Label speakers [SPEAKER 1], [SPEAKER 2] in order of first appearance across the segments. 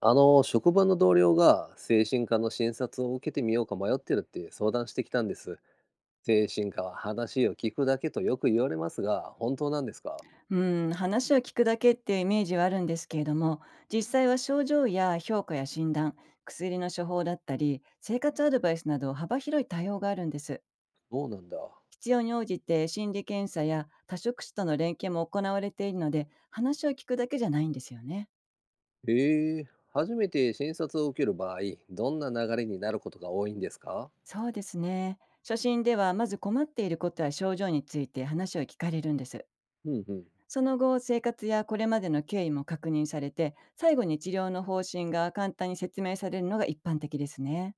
[SPEAKER 1] 職場の同僚が精神科の診察を受けてみようか迷ってるって相談してきたんです。精神科は話を聞くだけとよく言われますが、本当なんですか？
[SPEAKER 2] うん、話を聞くだけっていうイメージはあるんですけれども、実際は症状や評価や診断、薬の処方だったり、生活アドバイスなど幅広い対応があるんです。
[SPEAKER 1] そうなんだ。
[SPEAKER 2] 必要に応じて心理検査や多職種との連携も行われているので、話を聞くだけじゃないんですよね。
[SPEAKER 1] へえ、初めて診察を受ける場合、どんな流れになることが多いんですか？
[SPEAKER 2] そうですね。初診ではまず困っていることや症状について話を聞かれるんです。
[SPEAKER 1] うんうん。
[SPEAKER 2] その後、生活やこれまでの経緯も確認されて、最後に治療の方針が簡単に説明されるのが一般的ですね。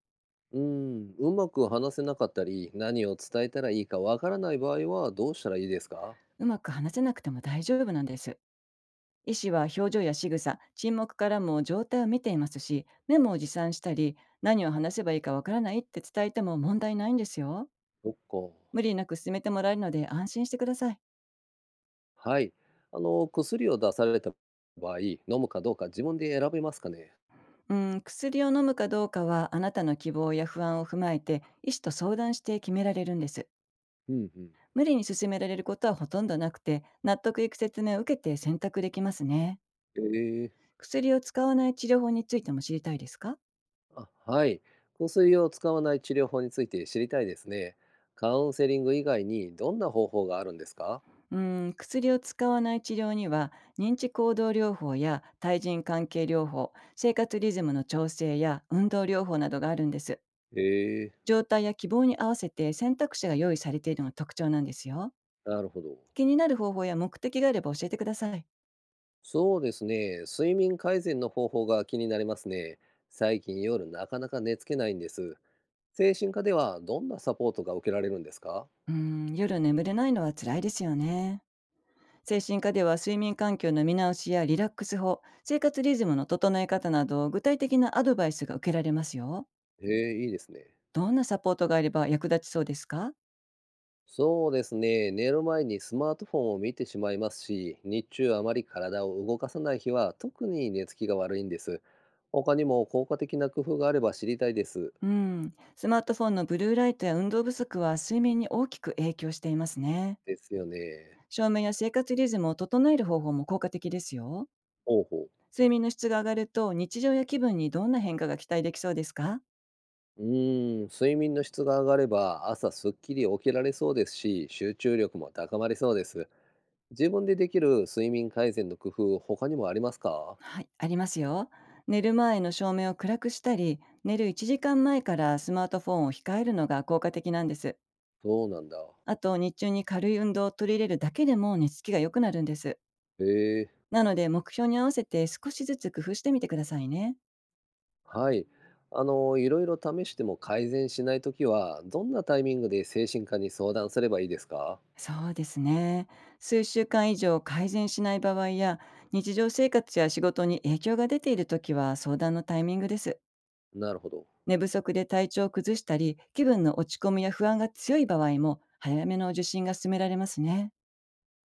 [SPEAKER 1] うまく話せなかったり、何を伝えたらいいかわからない場合はどうしたらいいですか？
[SPEAKER 2] うまく話せなくても大丈夫なんです。医師は表情や仕草、沈黙からも状態を見ていますし、メモを持参したり、何を話せばいいかわからないって伝えても問題ないんですよ。
[SPEAKER 1] そっか。
[SPEAKER 2] 無理なく進めてもらえるので安心してください。
[SPEAKER 1] はい。薬を出された場合、飲むかどうか自分で選べますかね？
[SPEAKER 2] うん、薬を飲むかどうかはあなたの希望や不安を踏まえて医師と相談して決められるんです。
[SPEAKER 1] うんうん。
[SPEAKER 2] 無理に進められることはほとんどなくて、納得いく説明を受けて選択できますね。
[SPEAKER 1] ええ、
[SPEAKER 2] 薬を使わない治療法についても知りたいですか？
[SPEAKER 1] あ、はい。香水を使わない治療法について知りたいですね。カウンセリング以外にどんな方法があるんですか？
[SPEAKER 2] うん、薬を使わない治療には認知行動療法や対人関係療法、生活リズムの調整や運動療法などがあるんです。
[SPEAKER 1] ええ、
[SPEAKER 2] 状態や希望に合わせて選択肢が用意されているのが特徴なんですよ。
[SPEAKER 1] なるほど。
[SPEAKER 2] 気になる方法や目的があれば教えてください。
[SPEAKER 1] そうですね。睡眠改善の方法が気になりますね。最近夜なかなか寝つけないんです。精神科ではどんなサポートが受けられるんですか？
[SPEAKER 2] うん、夜眠れないのは辛いですよね。精神科では睡眠環境の見直しやリラックス法、生活リズムの整え方など具体的なアドバイスが受けられますよ。
[SPEAKER 1] ええ、いいですね。
[SPEAKER 2] どんなサポートがあれば役立ちそうですか？
[SPEAKER 1] そうですね。寝る前にスマートフォンを見てしまいますし、日中あまり体を動かさない日は特に寝つきが悪いんです。他にも効果的な工夫があれば知りたいです。
[SPEAKER 2] うん、スマートフォンのブルーライトや運動不足は睡眠に大きく影響していますね。
[SPEAKER 1] ですよね。
[SPEAKER 2] 照明や生活リズムを整える方法も効果的ですよ。
[SPEAKER 1] ほうほう。
[SPEAKER 2] 睡眠の質が上がると日常や気分にどんな変化が期待できそうですか？
[SPEAKER 1] 睡眠の質が上がれば朝すっきり起きられそうですし、集中力も高まりそうです。自分でできる睡眠改善の工夫、他にもありますか？
[SPEAKER 2] はい、ありますよ。寝る前の照明を暗くしたり、寝る1時間前からスマートフォンを控えるのが効果的なんです。
[SPEAKER 1] そうなんだ。
[SPEAKER 2] あと、日中に軽い運動を取り入れるだけでも寝つきが良くなるんです。
[SPEAKER 1] へえ。
[SPEAKER 2] なので、目標に合わせて少しずつ工夫してみてくださいね。
[SPEAKER 1] はい。いろいろ試しても改善しないときは、どんなタイミングで精神科に相談すればいいですか？
[SPEAKER 2] そうですね。数週間以上改善しない場合や、日常生活や仕事に影響が出ているときは相談のタイミングです。
[SPEAKER 1] なるほど。
[SPEAKER 2] 寝不足で体調を崩したり、気分の落ち込みや不安が強い場合も、早めの受診が勧められますね。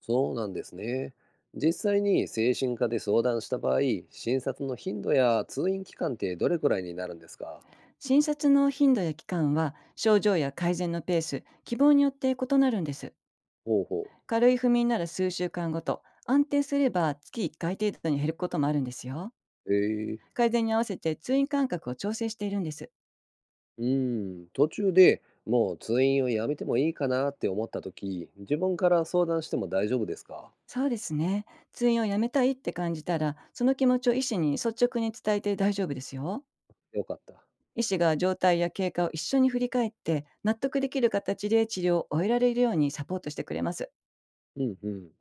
[SPEAKER 1] そうなんですね。実際に精神科で相談した場合、診察の頻度や通院期間ってどれくらいになるんですか？
[SPEAKER 2] 診察の頻度や期間は、症状や改善のペース、希望によって異なるんです。
[SPEAKER 1] ほうほう。
[SPEAKER 2] 軽い不眠なら数週間ごと、安定すれば月1回程度に減ることもあるんですよ。
[SPEAKER 1] ええ、
[SPEAKER 2] 改善に合わせて通院間隔を調整しているんです。
[SPEAKER 1] うん、途中でもう通院をやめてもいいかなって思ったとき、自分から相談しても大丈夫ですか？
[SPEAKER 2] そうですね。通院をやめたいって感じたら、その気持ちを医師に率直に伝えて大丈夫ですよ。
[SPEAKER 1] よかった。
[SPEAKER 2] 医師が状態や経過を一緒に振り返って、納得できる形で治療を終えられるようにサポートしてくれます。
[SPEAKER 1] うんうん。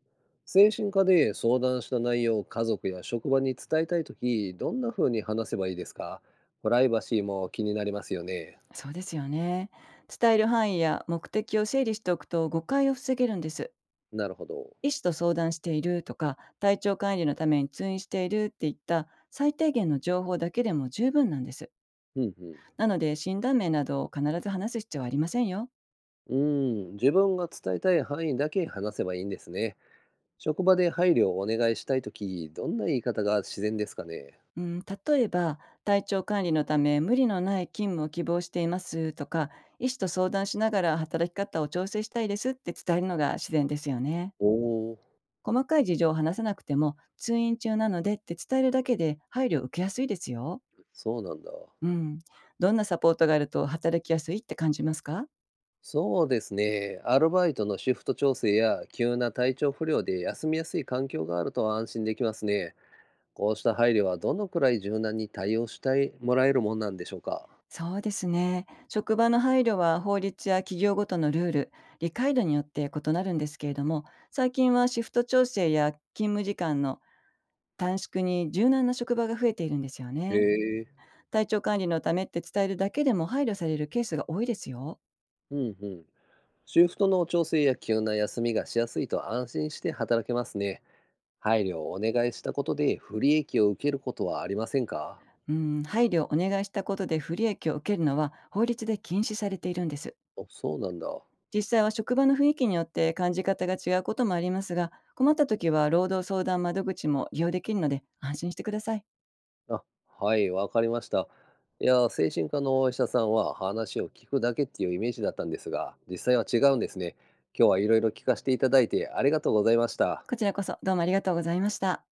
[SPEAKER 1] 精神科で相談した内容を家族や職場に伝えたいとき、どんな風に話せばいいですか？プライバシーも気になりますよね。
[SPEAKER 2] そうですよね。伝える範囲や目的を整理しておくと誤解を防げるんです。
[SPEAKER 1] なるほど。
[SPEAKER 2] 医師と相談しているとか、体調管理のために通院しているっていった最低限の情報だけでも十分なんです。
[SPEAKER 1] うんうん。
[SPEAKER 2] なので、診断名などを必ず話す必要はありませんよ。
[SPEAKER 1] 自分が伝えたい範囲だけ話せばいいんですね。職場で配慮をお願いしたいとき、どんな言い方が自然ですかね？
[SPEAKER 2] うん、例えば体調管理のため無理のない勤務を希望していますとか、医師と相談しながら働き方を調整したいですって伝えるのが自然ですよね。
[SPEAKER 1] お、おー、
[SPEAKER 2] 細かい事情を話さなくても、通院中なのでって伝えるだけで配慮を受けやすいですよ。
[SPEAKER 1] そうなんだ。
[SPEAKER 2] うん、どんなサポートがあると働きやすいって感じますか？
[SPEAKER 1] そうですね。アルバイトのシフト調整や急な体調不良で休みやすい環境があると安心できますね。こうした配慮はどのくらい柔軟に対応してもらえるもんなんでしょうか？
[SPEAKER 2] そうですね。職場の配慮は法律や企業ごとのルール、理解度によって異なるんですけれども、最近はシフト調整や勤務時間の短縮に柔軟な職場が増えているんですよ
[SPEAKER 1] へ
[SPEAKER 2] ね。
[SPEAKER 1] え、
[SPEAKER 2] 体調管理のためって伝えるだけでも配慮されるケースが多いですよ。
[SPEAKER 1] うんうん。シフトの調整や急な休みがしやすいと安心して働けますね。配慮をお願いしたことで不利益を受けることはありませんか？
[SPEAKER 2] うん、配慮をお願いしたことで不利益を受けるのは法律で禁止されているんです。
[SPEAKER 1] あ、そうなんだ。
[SPEAKER 2] 実際は職場の雰囲気によって感じ方が違うこともありますが、困った時は労働相談窓口も利用できるので安心してください。
[SPEAKER 1] あ、はい、わかりました。いや、精神科のお医者さんは話を聞くだけっていうイメージだったんですが、実際は違うんですね。今日はいろいろ聞かせていただいてありがとうございました。
[SPEAKER 2] こちらこそどうもありがとうございました。